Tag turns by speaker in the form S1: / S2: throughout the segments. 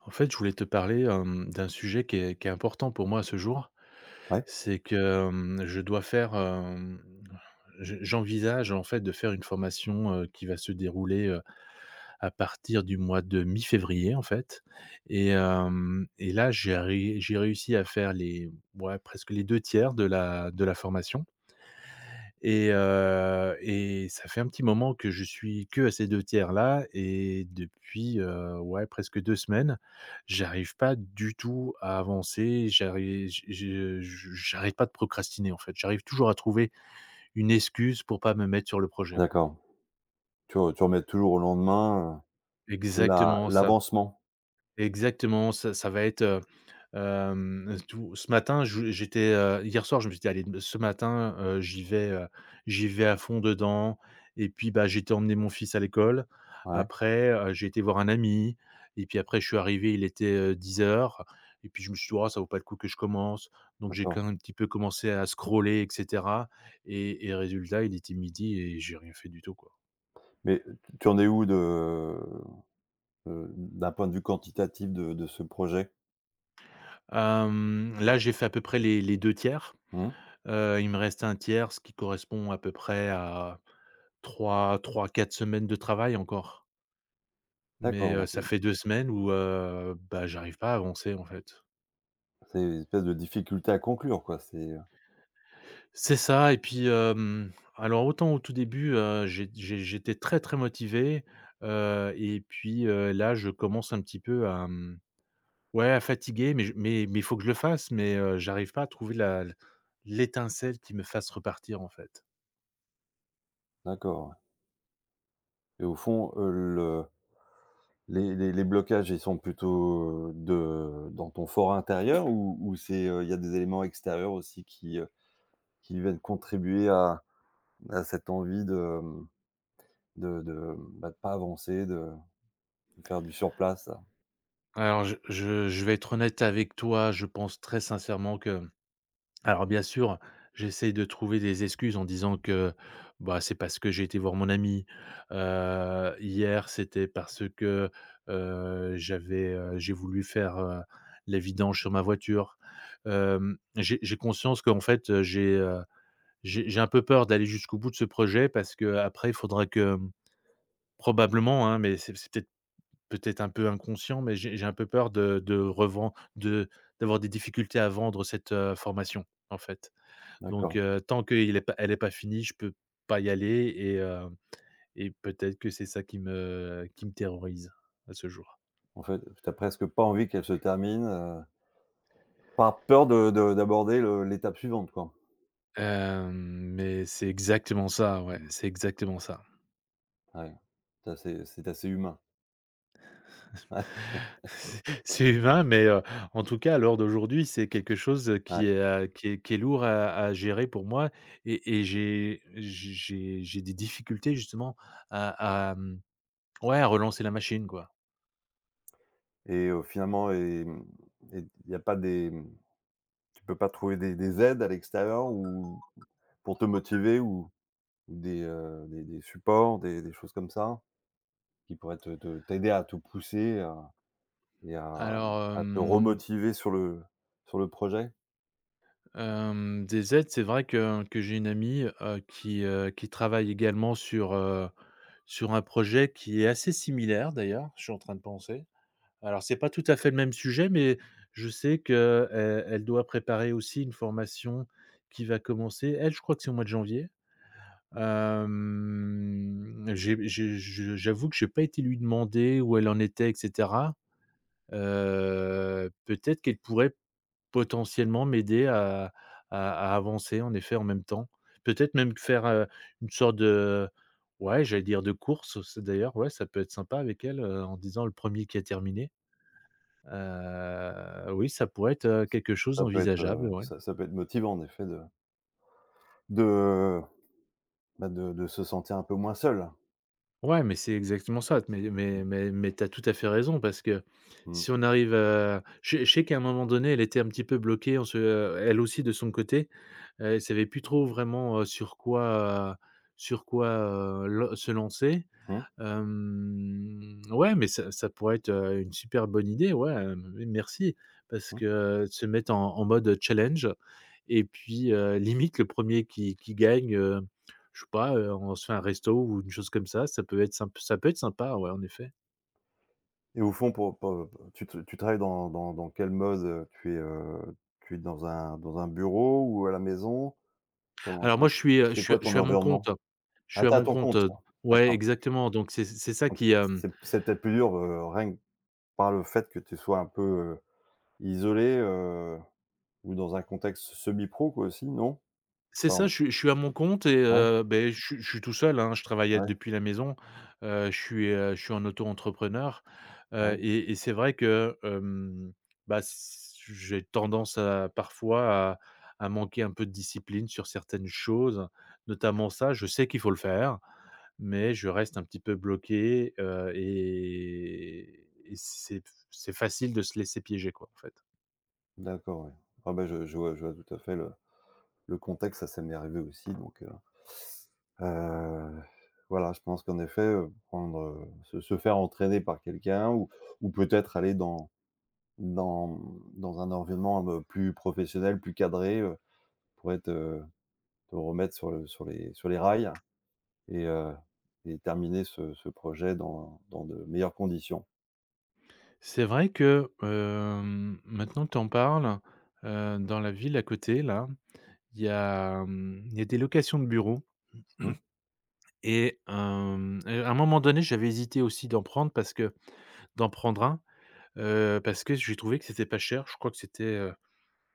S1: En fait, je voulais te parler, d'un sujet qui est important pour moi à ce jour.
S2: Ouais,
S1: C'est que, je dois faire, je j'envisage en fait de faire une formation, qui va se dérouler, à partir du mois de mi-février en fait. Et là, j'ai réussi à faire les, ouais, presque les 2 tiers de la formation. Et ça fait un petit moment que je suis que à ces 2 tiers-là, et depuis, ouais, presque 2 semaines, j'arrive pas du tout à avancer. J'arrive j je j'arrête pas de procrastiner, en fait. J'arrive toujours à trouver une excuse pour pas me mettre sur le projet, quoi.
S2: d'accord. Tu remets toujours au lendemain, l'a
S1: Exactement, ça
S2: l'avancement.
S1: Exactement, ça va être, tout ce matin, je j'étais, hier soir, je me suis dit: «Allez, ce matin, j'y vais à fond dedans.» Et puis, bah, j'ai été emmener mon fils à l'école.
S2: Ouais,
S1: Après, j'ai été voir un ami et puis après je suis arrivé, il était, 10 heures. Et puis je me suis dit: «Oh, ça vaut pas le coup que je commence.» Donc j'ai
S2: d'accord.
S1: quand même un petit peu commencé à scroller, et cetera. Et résultat, il était midi et j'ai rien fait du tout, quoi.
S2: Mais tu en es où de, d'un point de vue quantitatif de ce projet?
S1: Là, j'ai fait à peu près les 2 tiers.
S2: Mmh.
S1: Il me reste un tiers, ce qui correspond à peu près à trois, trois, quatre semaines de travail encore. Mais,
S2: D'accord, donc,
S1: ça fait 2 semaines où, bah, j'arrive pas à avancer, en fait.
S2: c'est une espèce de difficulté à conclure, quoi, c'est,
S1: C'est ça, et puis, alors autant au tout début, j'étais très, très motivé, et puis, là, je commence un petit peu à, ouais, à fatiguer, mais je mais il faut que je le fasse, mais, j'arrive pas à trouver la l'étincelle qui me fasse repartir, en fait.
S2: d'accord. Et au fond, le les blocages, ils sont plutôt, de dans ton fort intérieur ou c'est, il y a des éléments extérieurs aussi qui viennent contribuer à cette envie de, de, bah, de pas avancer, de faire du sur place, là.
S1: Alors je vais être honnête avec toi, je pense très sincèrement que, alors bien sûr, j'essaye de trouver des excuses en disant que, bah, c'est parce que j'ai été voir mon ami, hier c'était parce que, j'avais, j'ai voulu faire, les vidanges sur ma voiture. J'ai conscience qu'en fait, j'ai, j'ai un peu peur d'aller jusqu'au bout de ce projet parce que après, il faudra que, probablement, hein, mais c'est peut-être un peu inconscient, mais j'ai un peu peur de reven de d'avoir des difficultés à vendre cette, formation, en fait. Donc,
S2: D'accord.
S1: tant qu'elle est pas finie, je peux pas y aller. Et peut-être que c'est ça qui me terrorise à ce jour.
S2: En fait, tu as presque pas envie qu'elle se termine, par peur de d'aborder le l'étape suivante, quoi.
S1: Hem, mais c'est exactement ça, ouais,
S2: Mmh.
S1: c'est exactement ça.
S2: Ouais. C'est assez humain. Ouais,
S1: C'est humain, mais, en tout cas, à l'heure d'aujourd'hui, c'est quelque chose
S2: ouais
S1: qui est, qui est lourd à gérer pour moi, et j'ai des difficultés justement à, ouais, à relancer la machine, quoi.
S2: et finalement et et il y a pas tu peux pas trouver des aides à l'extérieur ou pour te motiver ou des, des supports, des choses comme ça? Qui pourraient te t'aider à te pousser à et à
S1: Alors,
S2: à te remotiver sur le projet?
S1: Des aides, c'est vrai que j'ai une amie, qui travaille également sur, sur un projet qui est assez similaire, d'ailleurs, je suis en train de penser. Alors c'est pas tout à fait le même sujet, mais je sais qu'elle elle elle doit préparer aussi une formation qui va commencer. Elle, je crois que c'est au mois de janvier. J'avoue que j'ai pas été lui demander où elle en était, et cetera. Peut-être qu'elle pourrait potentiellement m'aider à avancer en effet en même temps. Peut-être même faire, une sorte de, ouais, j'allais dire, de course, c'est d'ailleurs, ouais, ça peut être sympa avec elle, en disant: le premier qui a terminé. Oui, ça pourrait être, quelque chose
S2: Ça peut être,
S1: d'envisageable, ouais.
S2: ça peut être motivant en effet de, bah, de se sentir un peu moins seul.
S1: Ouais, mais c'est exactement ça, mais
S2: Mmh,
S1: mais mais mais tu as tout à fait raison parce que
S2: mmh,
S1: si on arrive, je sais qu'à un moment donné, elle était un petit peu bloquée, on se elle aussi de son côté. Ils savaient plus trop vraiment, sur quoi, sur quoi, le se lancer.
S2: mmh,
S1: Ouais, mais ça pourrait être, une super bonne idée, ouais, oui, merci, parce
S2: mmh.
S1: que se mettre en mode challenge et puis, limite le premier qui gagne, je sais pas, on se fait un resto ou une chose comme ça peut être symp ça peut être sympa, ouais, en effet.
S2: Et au fond pour tu travailles dans dans quel mode, heu? Tu es dans un bureau ou à la maison? Comment
S1: Alors moi
S2: comment
S1: je suis, heu, je
S2: c'est
S1: suis
S2: quoi
S1: je
S2: ton
S1: suis à mon compte.
S2: environnement?
S1: Je
S2: Ah,
S1: suis à
S2: t'es à
S1: mon
S2: ton
S1: compte,
S2: compte? Toi.
S1: ouais,
S2: D'accord,
S1: exactement, donc c'est ça
S2: donc
S1: qui, hem
S2: c'est peut-être plus dur, rien que par le fait que tu sois un peu, isolé, ou dans un contexte semi-pro quoi aussi, non?
S1: c'est ça,
S2: Pardon.
S1: je suis à mon compte et,
S2: Ouais,
S1: beh, je suis tout seul, hein, je travaille à
S2: ouais,
S1: depuis la maison. Je suis en auto-entrepreneur, heu
S2: ouais,
S1: et et c'est vrai que, bah, s j'ai tendance à parfois à manquer un peu de discipline sur certaines choses, notamment ça. Je sais qu'il faut le faire, mais je reste un petit peu bloqué, et c'est facile de se laisser piéger, quoi, en fait.
S2: d'accord, ouais. Ah ben je vois je vois tout à fait le contexte, ça m'est arrivé aussi donc heu, voilà, je pense qu'en effet, prendre, se faire entraîner par quelqu'un ou peut-être aller dans, dans un environnement, plus professionnel, plus cadré, pourrait te te remettre sur le sur les rails et heu et terminer ce ce projet dans de meilleures conditions.
S1: C'est vrai que, maintenant que tu en parles, dans la ville à côté là, il y a des locations de bureaux,
S2: Mmh,
S1: et à un moment donné, j'avais hésité aussi d'en prendre parce que, d'en prendre un, parce que j'ai trouvé que c'était pas cher. Je crois que c'était,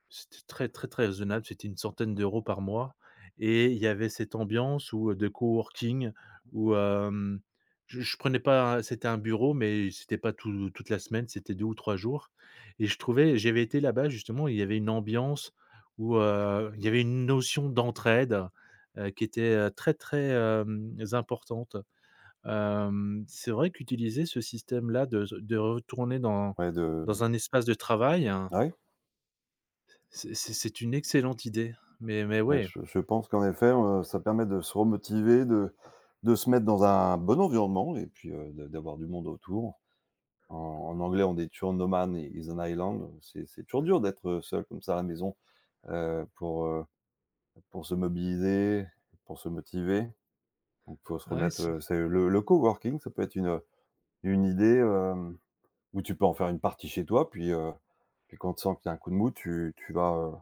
S1: c'était très, très, très raisonnable, c'était une centaine d'euros par mois et il y avait cette ambiance où, de coworking, où, je prenais pas, c'était un bureau, mais c'était pas toute la semaine, c'était 2 ou 3 jours, et je trouvais j'avais été là-bas justement, il y avait une ambiance où, il y avait une notion d'entraide, qui était, très, très, importante. C'est vrai qu'utiliser ce système-là, de retourner dans
S2: ouais de
S1: dans un espace de travail,
S2: ouais.
S1: c'est une excellente idée, mais
S2: Ouais,
S1: ouais,
S2: je pense qu'en effet, ça permet de se remotiver, de se mettre dans un bon environnement et puis, de d'avoir du monde autour. En en anglais, on dit «You're no man is an island». C'est toujours dur d'être seul comme ça à la maison, heu, pour, heu, pour se mobiliser, pour se motiver. Donc faut se
S1: ouais,
S2: remettre, c'est le coworking, ça peut être une idée, où tu peux en faire une partie chez toi puis, puis quand tu sens qu'il y a un coup de mou, tu vas,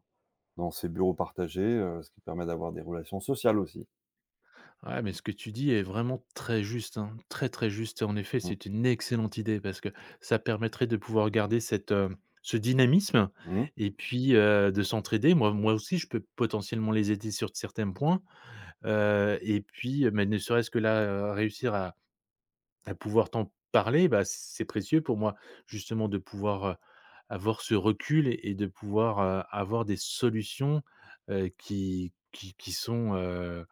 S2: dans ces bureaux partagés, ce qui permet d'avoir des relations sociales aussi.
S1: mais ce que tu dis est vraiment très juste, hein, très, très juste. En effet,
S2: Mmh.
S1: c'est une excellente idée parce que ça permettrait de pouvoir garder ce dynamisme
S2: Mmh.
S1: et puis, de s'entraider. Moi aussi, je peux potentiellement les aider sur certains points, mais ne serait-ce que là, réussir à pouvoir t'en parler, bah, c'est précieux pour moi, justement de pouvoir, avoir ce recul, et de pouvoir, avoir des solutions, qui sont,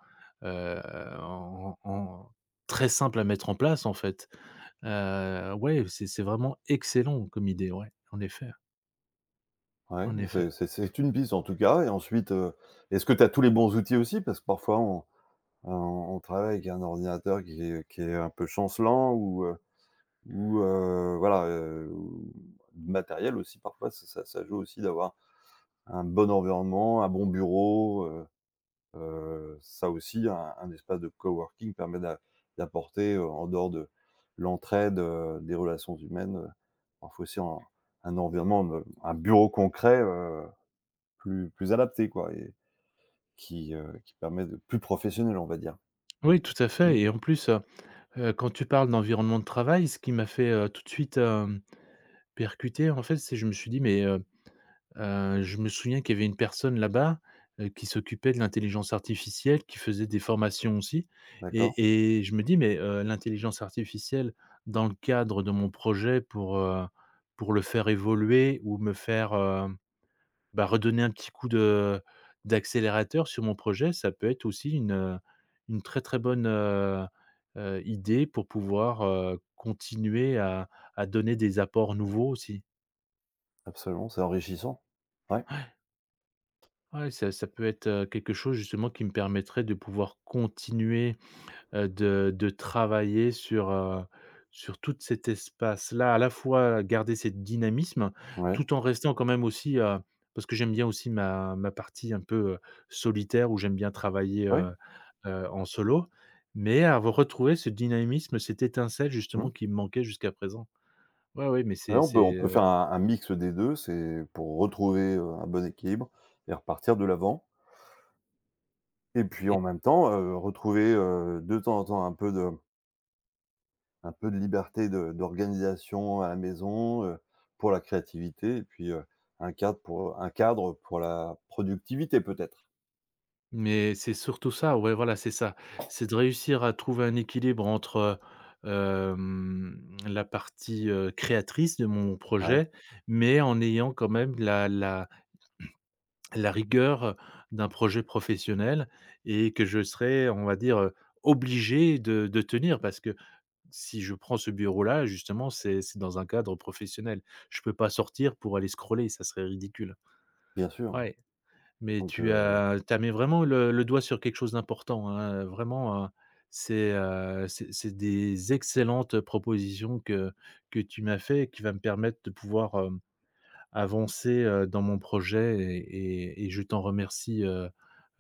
S1: heu, en en très simples à mettre en place, en fait. Ouais, c'est vraiment excellent comme idée, ouais, en effet,
S2: Ouais,
S1: en effet.
S2: c'est c'est une piste en tout cas et ensuite, est-ce que tu as tous les bons outils aussi? Parce que parfois on on travaille avec un ordinateur qui est un peu chancelant ou, voilà, ou le matériel aussi parfois ça ça joue aussi d'avoir un bon environnement, un bon bureau, ça aussi un espace de coworking permet d'apporter, en dehors de l'entraide, des relations humaines, parfois aussi en un environnement, un bureau concret, plus adapté quoi et qui permet de plus professionnel, on va dire.
S1: Oui, tout à
S2: Mmh,
S1: fait, et en plus, quand tu parles d'environnement de travail, ce qui m'a fait, tout de suite, percuter, en fait, c'est je me suis dit: «Mais, je me souviens qu'il y avait une personne là-bas, qui s'occupait de l'intelligence artificielle, qui faisait des formations aussi,
S2: d'accord,
S1: je me dis: mais, l'intelligence artificielle dans le cadre de mon projet pour, le faire évoluer, ou me faire, bah, redonner un petit coup de d'accélérateur sur mon projet, ça peut être aussi une très, très bonne, idée pour pouvoir, continuer à donner des apports nouveaux aussi.»
S2: absolument, c'est enrichissant. Ouais,
S1: Ouais, ça peut être, quelque chose justement qui me permettrait de pouvoir continuer, de travailler sur, sur tout cet espace-là, à la fois garder cette dynamisme,
S2: ouais,
S1: tout en restant quand même aussi, parce que j'aime bien aussi ma partie un peu, solitaire où j'aime bien travailler,
S2: ouais,
S1: en solo, mais avoir retrouvé ce dynamisme, cette étincelle
S2: mmh.
S1: justement qui me manquait jusqu'à présent. Ouais, ouais, mais
S2: Ouais,
S1: c'est c'est,
S2: on peut
S1: heu
S2: faire un mix des 2 c'est pour retrouver, un bon équilibre et repartir de l'avant et puis en même temps, retrouver, de temps en temps un peu de liberté de d'organisation à la maison, pour la créativité et puis, un cadre pour la productivité peut-être.
S1: Mais c'est surtout ça, ouais, voilà, c'est ça. C'est de réussir à trouver un équilibre entre, la partie, créatrice de mon
S2: Ouais,
S1: projet, mais en ayant quand même la rigueur d'un projet professionnel, et que je serai, on va dire, obligé de tenir parce que si je prends ce bureau-là, justement, c'est dans un cadre professionnel. Je peux pas sortir pour aller scroller, ça serait ridicule.
S2: bien sûr,
S1: Ouais. Mais
S2: donc
S1: tu
S2: heu
S1: as tu as mis vraiment le doigt sur quelque chose d'important, hein, vraiment, c'est des excellentes propositions que tu m'as fait, et qui va me permettre de pouvoir, avancer, dans mon projet, et je t'en remercie, heu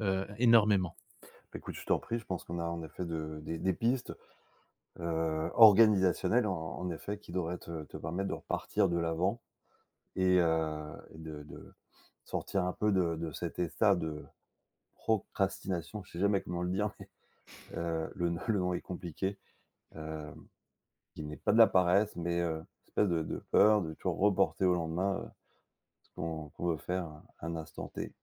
S1: heu, énormément.
S2: bah, écoute, je t'en prie, je pense qu'on a en effet de des pistes, organisationnelles en effet qui devraient te te permettre de repartir de l'avant et de sortir un peu de cet état de procrastination, je sais jamais comment le dire, mais le le nom est compliqué, heu, qui n'est pas de la paresse, mais espèce de peur de toujours reporter au lendemain, ce qu'on qu'on veut faire à un instant T.